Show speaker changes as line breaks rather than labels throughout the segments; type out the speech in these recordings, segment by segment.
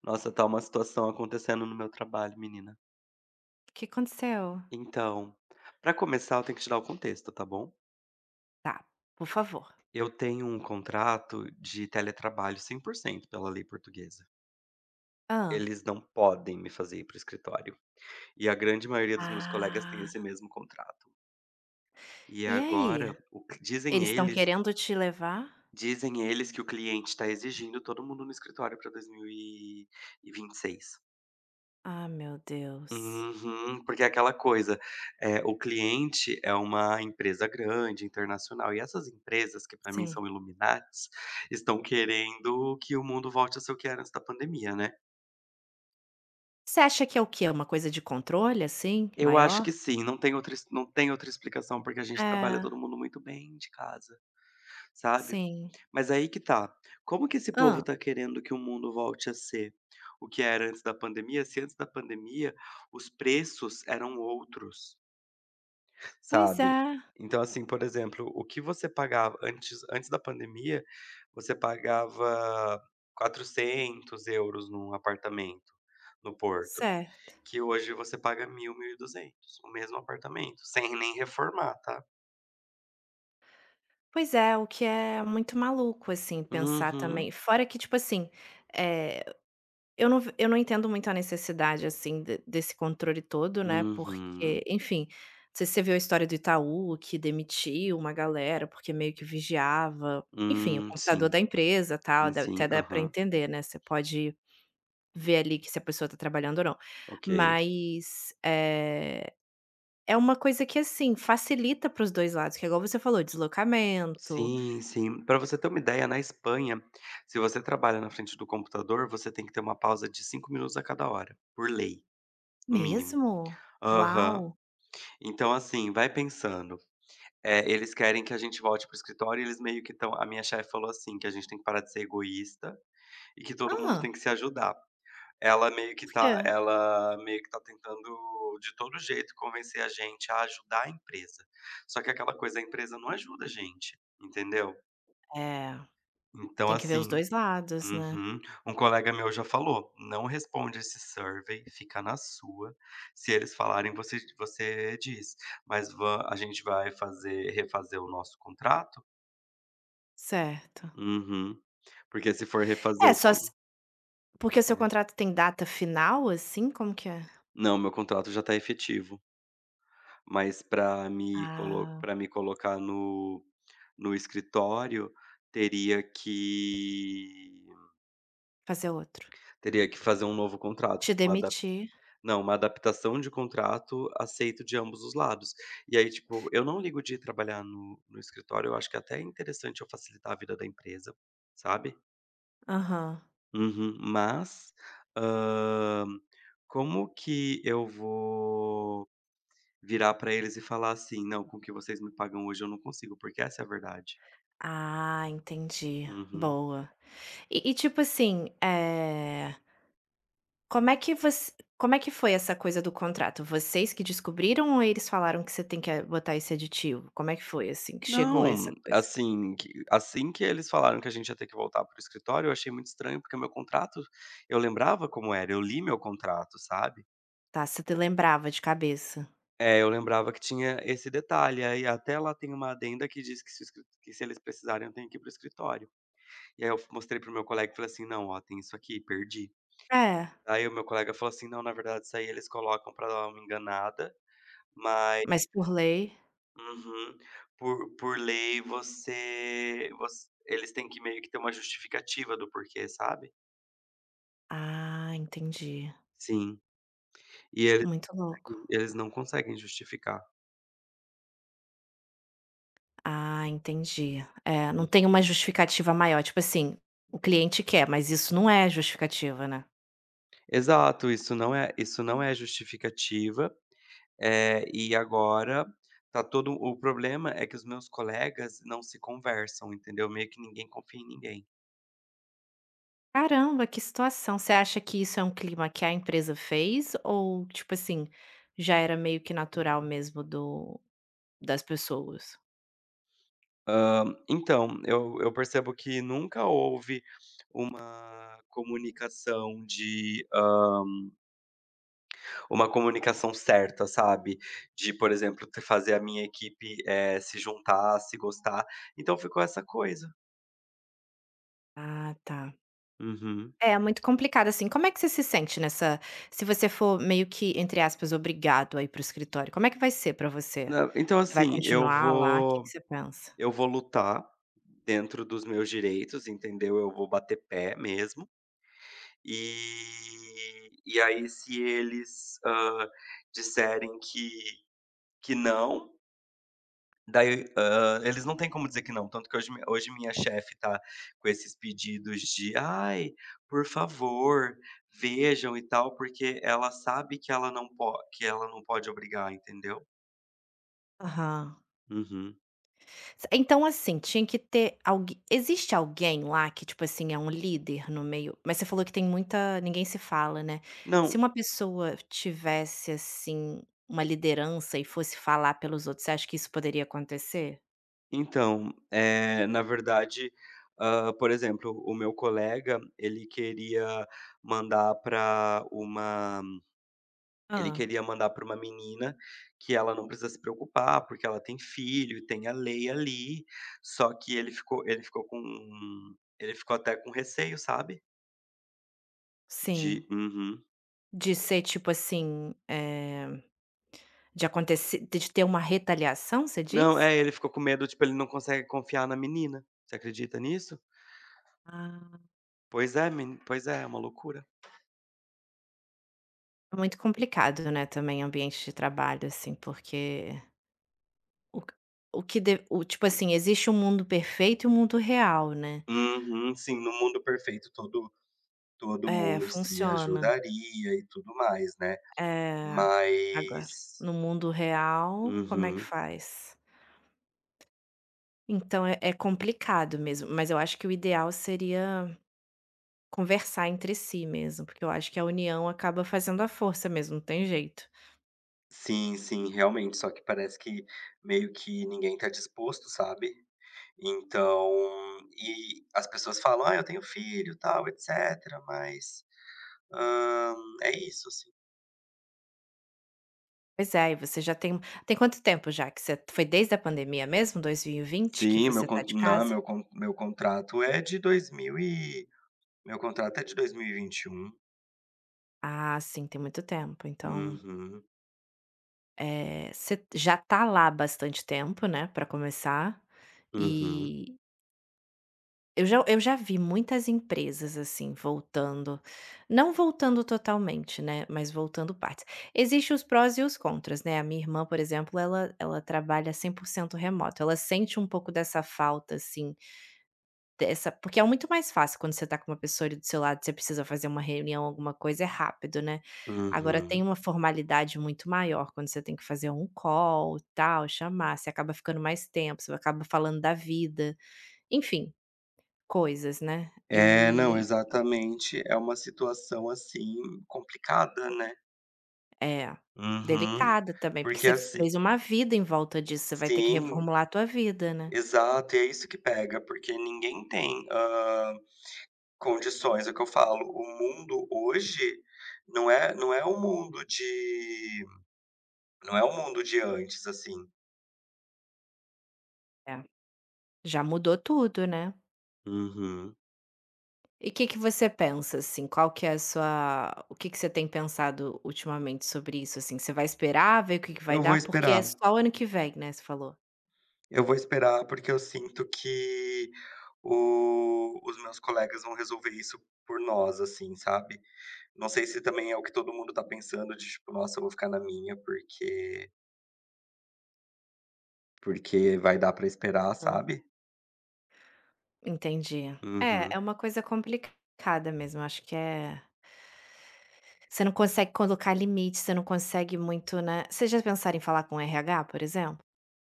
Nossa, tá uma situação acontecendo no meu trabalho, menina.
O que aconteceu?
Então, pra começar, eu tenho que te dar o contexto, tá bom?
Tá, por favor.
Eu tenho um contrato de teletrabalho 100% pela lei portuguesa.
Ah.
Eles não podem me fazer ir para o escritório. E a grande maioria dos meus colegas tem
Ah.
esse mesmo contrato. E
E aí?
agora,
Eles estão querendo te levar?
dizem eles que o cliente está exigindo todo mundo no escritório para dois mil e vinte e seis.
Ah, meu Deus.
Uhum, porque é aquela coisa, o cliente é uma empresa grande, internacional, e essas empresas que para mim
Sim.
são iluminatis, estão querendo que o mundo volte a ser o que era antes da pandemia, né.
Você acha que é o quê? Uma coisa de controle, assim,
Eu acho
maior?
que sim, não tem outra explicação, porque a gente trabalha
É,
todo mundo muito bem de casa, sabe.
sim.
Mas aí que tá, como que esse povo
Ah.
tá querendo que o mundo volte a ser o que era antes da pandemia, se antes da pandemia os preços eram outros?
Pois
Sabe.
é,
Então, assim, por exemplo, o que você pagava antes da pandemia, você pagava €400 num apartamento no Porto,
certo.
que hoje você paga mil e duzentos o mesmo apartamento, sem nem reformar, tá.
Pois é, o que é muito maluco, assim, pensar também.
Uhum,
Fora que, tipo assim, é. Eu não entendo muito a necessidade, assim, de desse controle todo, né,
uhum.
porque, enfim, não sei se você viu a história do Itaú, que demitiu uma galera, porque meio que vigiava, enfim, o
Sim,
computador da empresa, tal,
sim, sim.
dá pra
Aham,
entender, né, você pode ver ali que se a pessoa tá trabalhando ou não.
ok.
Mas, é uma coisa que, assim, facilita para os 2 lados, que é igual você falou, deslocamento.
Sim, sim. Para você ter uma ideia, na Espanha, se você trabalha na frente do computador, você tem que ter uma pausa de 5 minutos a cada hora, por lei, no mínimo.
Mesmo?
Aham.
Uau!
Então, assim, vai pensando. Eles querem que a gente volte para o escritório e eles meio que estão a minha chefe falou assim, que a gente tem que parar de ser egoísta e que todo mundo tem
Ah?
que se ajudar.
Por quê?
Ela meio que tá tentando de todo jeito convencer a gente a ajudar a empresa. Só que aquela coisa, a empresa não ajuda a gente, entendeu?
É,
Então
tem que ver os
assim.
2 lados, né.
Uhum. Um colega meu já falou: "Não responde esse survey, fica na sua. Se eles falarem, você diz, mas va a gente vai fazer refazer o nosso contrato?"
Certo.
Uhum. Porque se for refazer
É,
o
só
con
se porque seu
é.
contrato tem data final, assim, como que é?
Não, meu contrato já está efetivo, mas para me colo
Ah,
pra me colocar no escritório, teria que
fazer outro.
teria que fazer um novo contrato,
Te
tipo uma.
demitir.
Não, uma adaptação de contrato aceito de ambos os lados. E aí, tipo, eu não ligo de ir trabalhar no escritório, eu acho que até é interessante eu facilitar a vida da empresa, sabe.
Aham.
Uhum. Mas, hã, como que eu vou virar pra eles e falar assim: "Não, com o que vocês me pagam hoje eu não consigo", porque essa é a verdade.
Ah, entendi.
Uhum.
Boa. E tipo assim, é como é que você como é que foi essa coisa do contrato? Vocês que descobriram ou eles falaram que você tem que, botar esse aditivo? Como é que foi, assim, que chegou essa
Não,
coisa?
assim que eles falaram que a gente ia ter que voltar pro escritório, eu achei muito estranho, porque o meu contrato eu lembrava como era, eu li meu contrato, sabe.
Tá, você te lembrava de cabeça.
É, eu lembrava que tinha esse detalhe, aí até lá tem uma adenda que diz que se o escri que se eles precisarem eu tenho que ir para escritório. E aí eu mostrei pro meu colega e falei assim: "Não, ó, tem isso aqui, perdi".
É,
Aí o meu colega falou assim: "Não, na verdade isso aí eles colocam para dar uma enganada, mas".
mas por lei.
Uhum. Por lei você voc eles têm que meio que ter uma justificativa do porquê, sabe?
Ah, entendi.
Sim. E eles
Muito louco.
eles não conseguem justificar.
Ah, entendi. É, não tem uma
Uhum.
justificativa maior, tipo assim, o cliente quer, mas isso não é justificativa, né.
Exato, isso não é justificativa, e agora tá todo o problema é que os meus colegas não se conversam, entendeu? Meio que ninguém confia em ninguém.
Caramba, que situação. Você acha que isso é um clima que a empresa fez ou, tipo assim, já era meio que natural mesmo do das pessoas?
Hã, então, eu percebo que nunca houve uma comunicação de, uma comunicação certa, sabe. De, por exemplo, te fazer a minha equipe, se juntar, se gostar, então ficou essa coisa.
Ah, tá.
Uhum.
É, muito complicado, assim. Como é que você se sente nessa se você for meio que, entre aspas, "obrigado" a ir para o escritório, como é que vai ser pra você?
Não, então
Você vai
assim,
continuar lá? O que que você pensa?
eu vou lutar dentro dos meus direitos, entendeu, eu vou bater pé mesmo, e aí se eles, disserem que não. Daí, eles não têm como dizer que não, tanto que hoje minha chefe tá com esses pedidos de: "Ai, por favor, vejam e tal", porque ela sabe que ela não po que ela não pode obrigar, entendeu.
Aham.
Uhum.
Então, assim, tinha que ter alguém. Existe alguém lá que, tipo assim, é um líder no meio? Mas você falou que tem muita. Ninguém se fala, né? Se
Não,
uma pessoa tivesse, assim, uma liderança e fosse falar pelos outros, você acha que isso poderia acontecer?
então, na verdade, por exemplo, o meu colega, mandar para uma ele
Ah,
queria mandar para uma menina que ela não precisa se preocupar, porque ela tem filho, tem a lei ali, só que ele ficou até com receio, sabe,
sim.
de uhum.
De ser, tipo assim. É, de acontecer. De ter uma retaliação, você
Não,
diz?
é, ele ficou com medo, tipo, ele não consegue confiar na menina. Você acredita nisso?
Ah,
Pois é, meni pois é, é uma loucura.
é muito complicado, né? Também ambiente de trabalho, assim, porque. O q o que de o tipo assim, existe um mundo perfeito e um mundo real, né.
Uhum, sim, no mundo perfeito todo
É,
mundo se
funciona.
ajudaria e tudo mais, né,
É. Agora,
mas.
no mundo real, como é que
Uhum.
faz? Então é complicado mesmo, mas eu acho que o ideal seria conversar entre si mesmo, porque eu acho que a união acaba fazendo a força mesmo, não tem jeito.
Sim, sim, realmente, só que parece que meio que ninguém tá disposto, sabe. Então e as pessoas falam: "Ah, eu tenho filho, tal, etcétera, mas, hã, é isso, assim".
Pois é, e você já tem tem quanto tempo já que você foi desde a pandemia mesmo, 2020 que
Sim, meu
você
con
tá de
não,
casa?
meu contrato é de 2000 e meu contrato é de 2021.
Ah, sim, tem muito tempo, então
Uhum,
eh, você já tá lá há bastante tempo, né, pra começar,
uhum,
e eu já vi muitas empresas, assim, voltando não voltando totalmente, né, mas voltando partes. Existem os prós e os contras, né, a minha irmã, por exemplo, ela trabalha 100% remoto, ela sente um pouco dessa falta, assim. Dessa porque é muito mais fácil quando você tá com uma pessoa ali do seu lado, você precisa fazer uma reunião, alguma coisa, é rápido, né. Agora tem
uhum.
uma formalidade muito maior quando você tem que fazer um call, tal, chamar, você acaba ficando mais tempo, você acaba falando da vida, enfim, coisas, né.
É, não,
E
exatamente, é uma situação, assim, complicada, né.
é,
Uhum.
delicada também, porque
Porque
você
assim
fez uma vida em volta disso, você vai ter que
sim.
reformular a tua vida, né.
Exato, e é isso que pega, porque ninguém tem, condições. É o que eu falo, o mundo hoje não é o mundo de não é o mundo de antes, assim.
É, já mudou tudo, né.
Uhum.
E o que que você pensa, assim, qual que é a sua o que que você tem pensado ultimamente sobre isso, assim? Você vai esperar ver o que que vai
Eu vou
dar? Porque é
esperar,
só o ano que vem, né, você falou.
eu vou esperar, porque eu sinto que o os meus colegas vão resolver isso por nós, assim, sabe. Não sei se também é o que todo mundo tá pensando de tipo: "Nossa, eu vou ficar na minha, porque vai dar pra esperar", sabe.
Entendi. É, é
Uhum.
uma coisa complicada mesmo, acho que é você não consegue colocar limite, você não consegue muito, né vocês já pensaram em falar com o RH, por exemplo?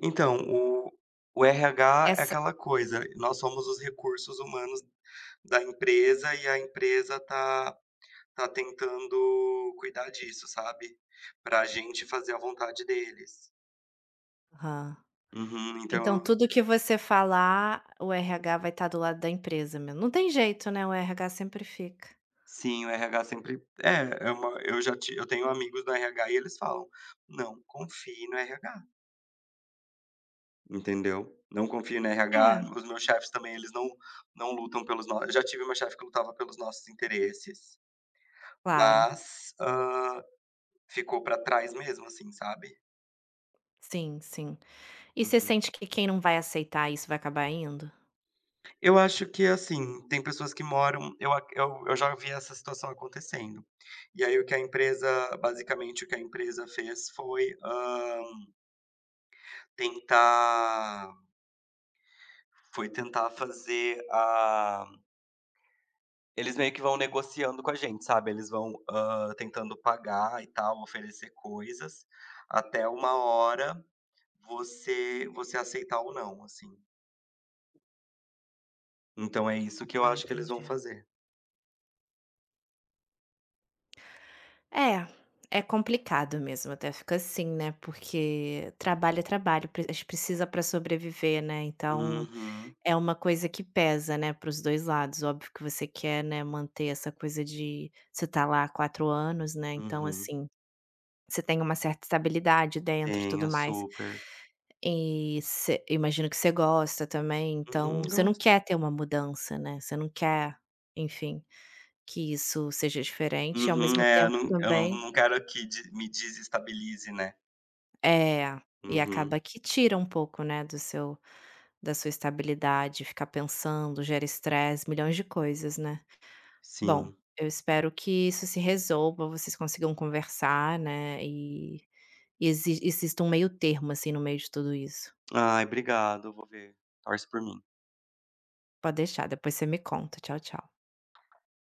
Então, o RH é
Essa
aquela coisa, nós somos os recursos humanos da empresa e a empresa tá tá tentando cuidar disso, sabe, pra gente fazer a vontade deles.
aham.
Uhum,
Então
então
tudo que você falar, o RH vai estar do lado da empresa mesmo. Não tem jeito, né, o RH sempre fica.
sim, o RH sempre é uma eu já ti eu tenho amigos do RH e eles falam: "Não confie no RH", entendeu. "Não confie no
É,
RH", os meus chefes também, eles não não lutam pelos no eu já tive uma chefe que lutava pelos nossos interesses.
claro.
Mas, ficou pra trás mesmo, assim, sabe.
Sim, sim. E você
Uhum.
sente que quem não vai aceitar isso vai acabar indo?
Eu acho que, assim, tem pessoas que moram eu já vi essa situação acontecendo. E aí o que a empresa fez foi, tentar foi tentar fazer a eles meio que vão negociando com a gente, sabe, eles vão, tentando pagar e tal, oferecer coisas, até uma hora você aceitar ou não, assim. Então é isso que eu
Ah,
acho que eles vão
entendi.
fazer.
É, é complicado mesmo, até fica assim, né, porque trabalho é trabalho, pre a gente precisa para sobreviver, né, então
Uhum,
é uma coisa que pesa, né, para os 2 lados. Óbvio que você quer, né, manter essa coisa de você tá lá há 4 anos, né, então
uhum.
assim, você tem uma certa estabilidade dentro e tudo
Tenho,
mais.
super.
E você imagino que você gosta também,
Uhum,
então você não
gosto.
quer ter uma mudança, né, você não quer, enfim, que isso seja diferente, e ao
Uhum,
mesmo
é,
tempo
eu não
também
não quero que de me desestabilize, né.
é, e
Uhum,
acaba que tira um pouco, né, do seu da sua estabilidade, ficar pensando, gera estresse, milhões de coisas, né. Bom,
sim.
eu espero que isso se resolva, vocês consigam conversar, né, e exista um meio termo, assim, no meio de tudo isso.
Ai, obrigado, eu vou ver. Torce por mim.
Pode deixar, depois você me conta. Tchau, tchau.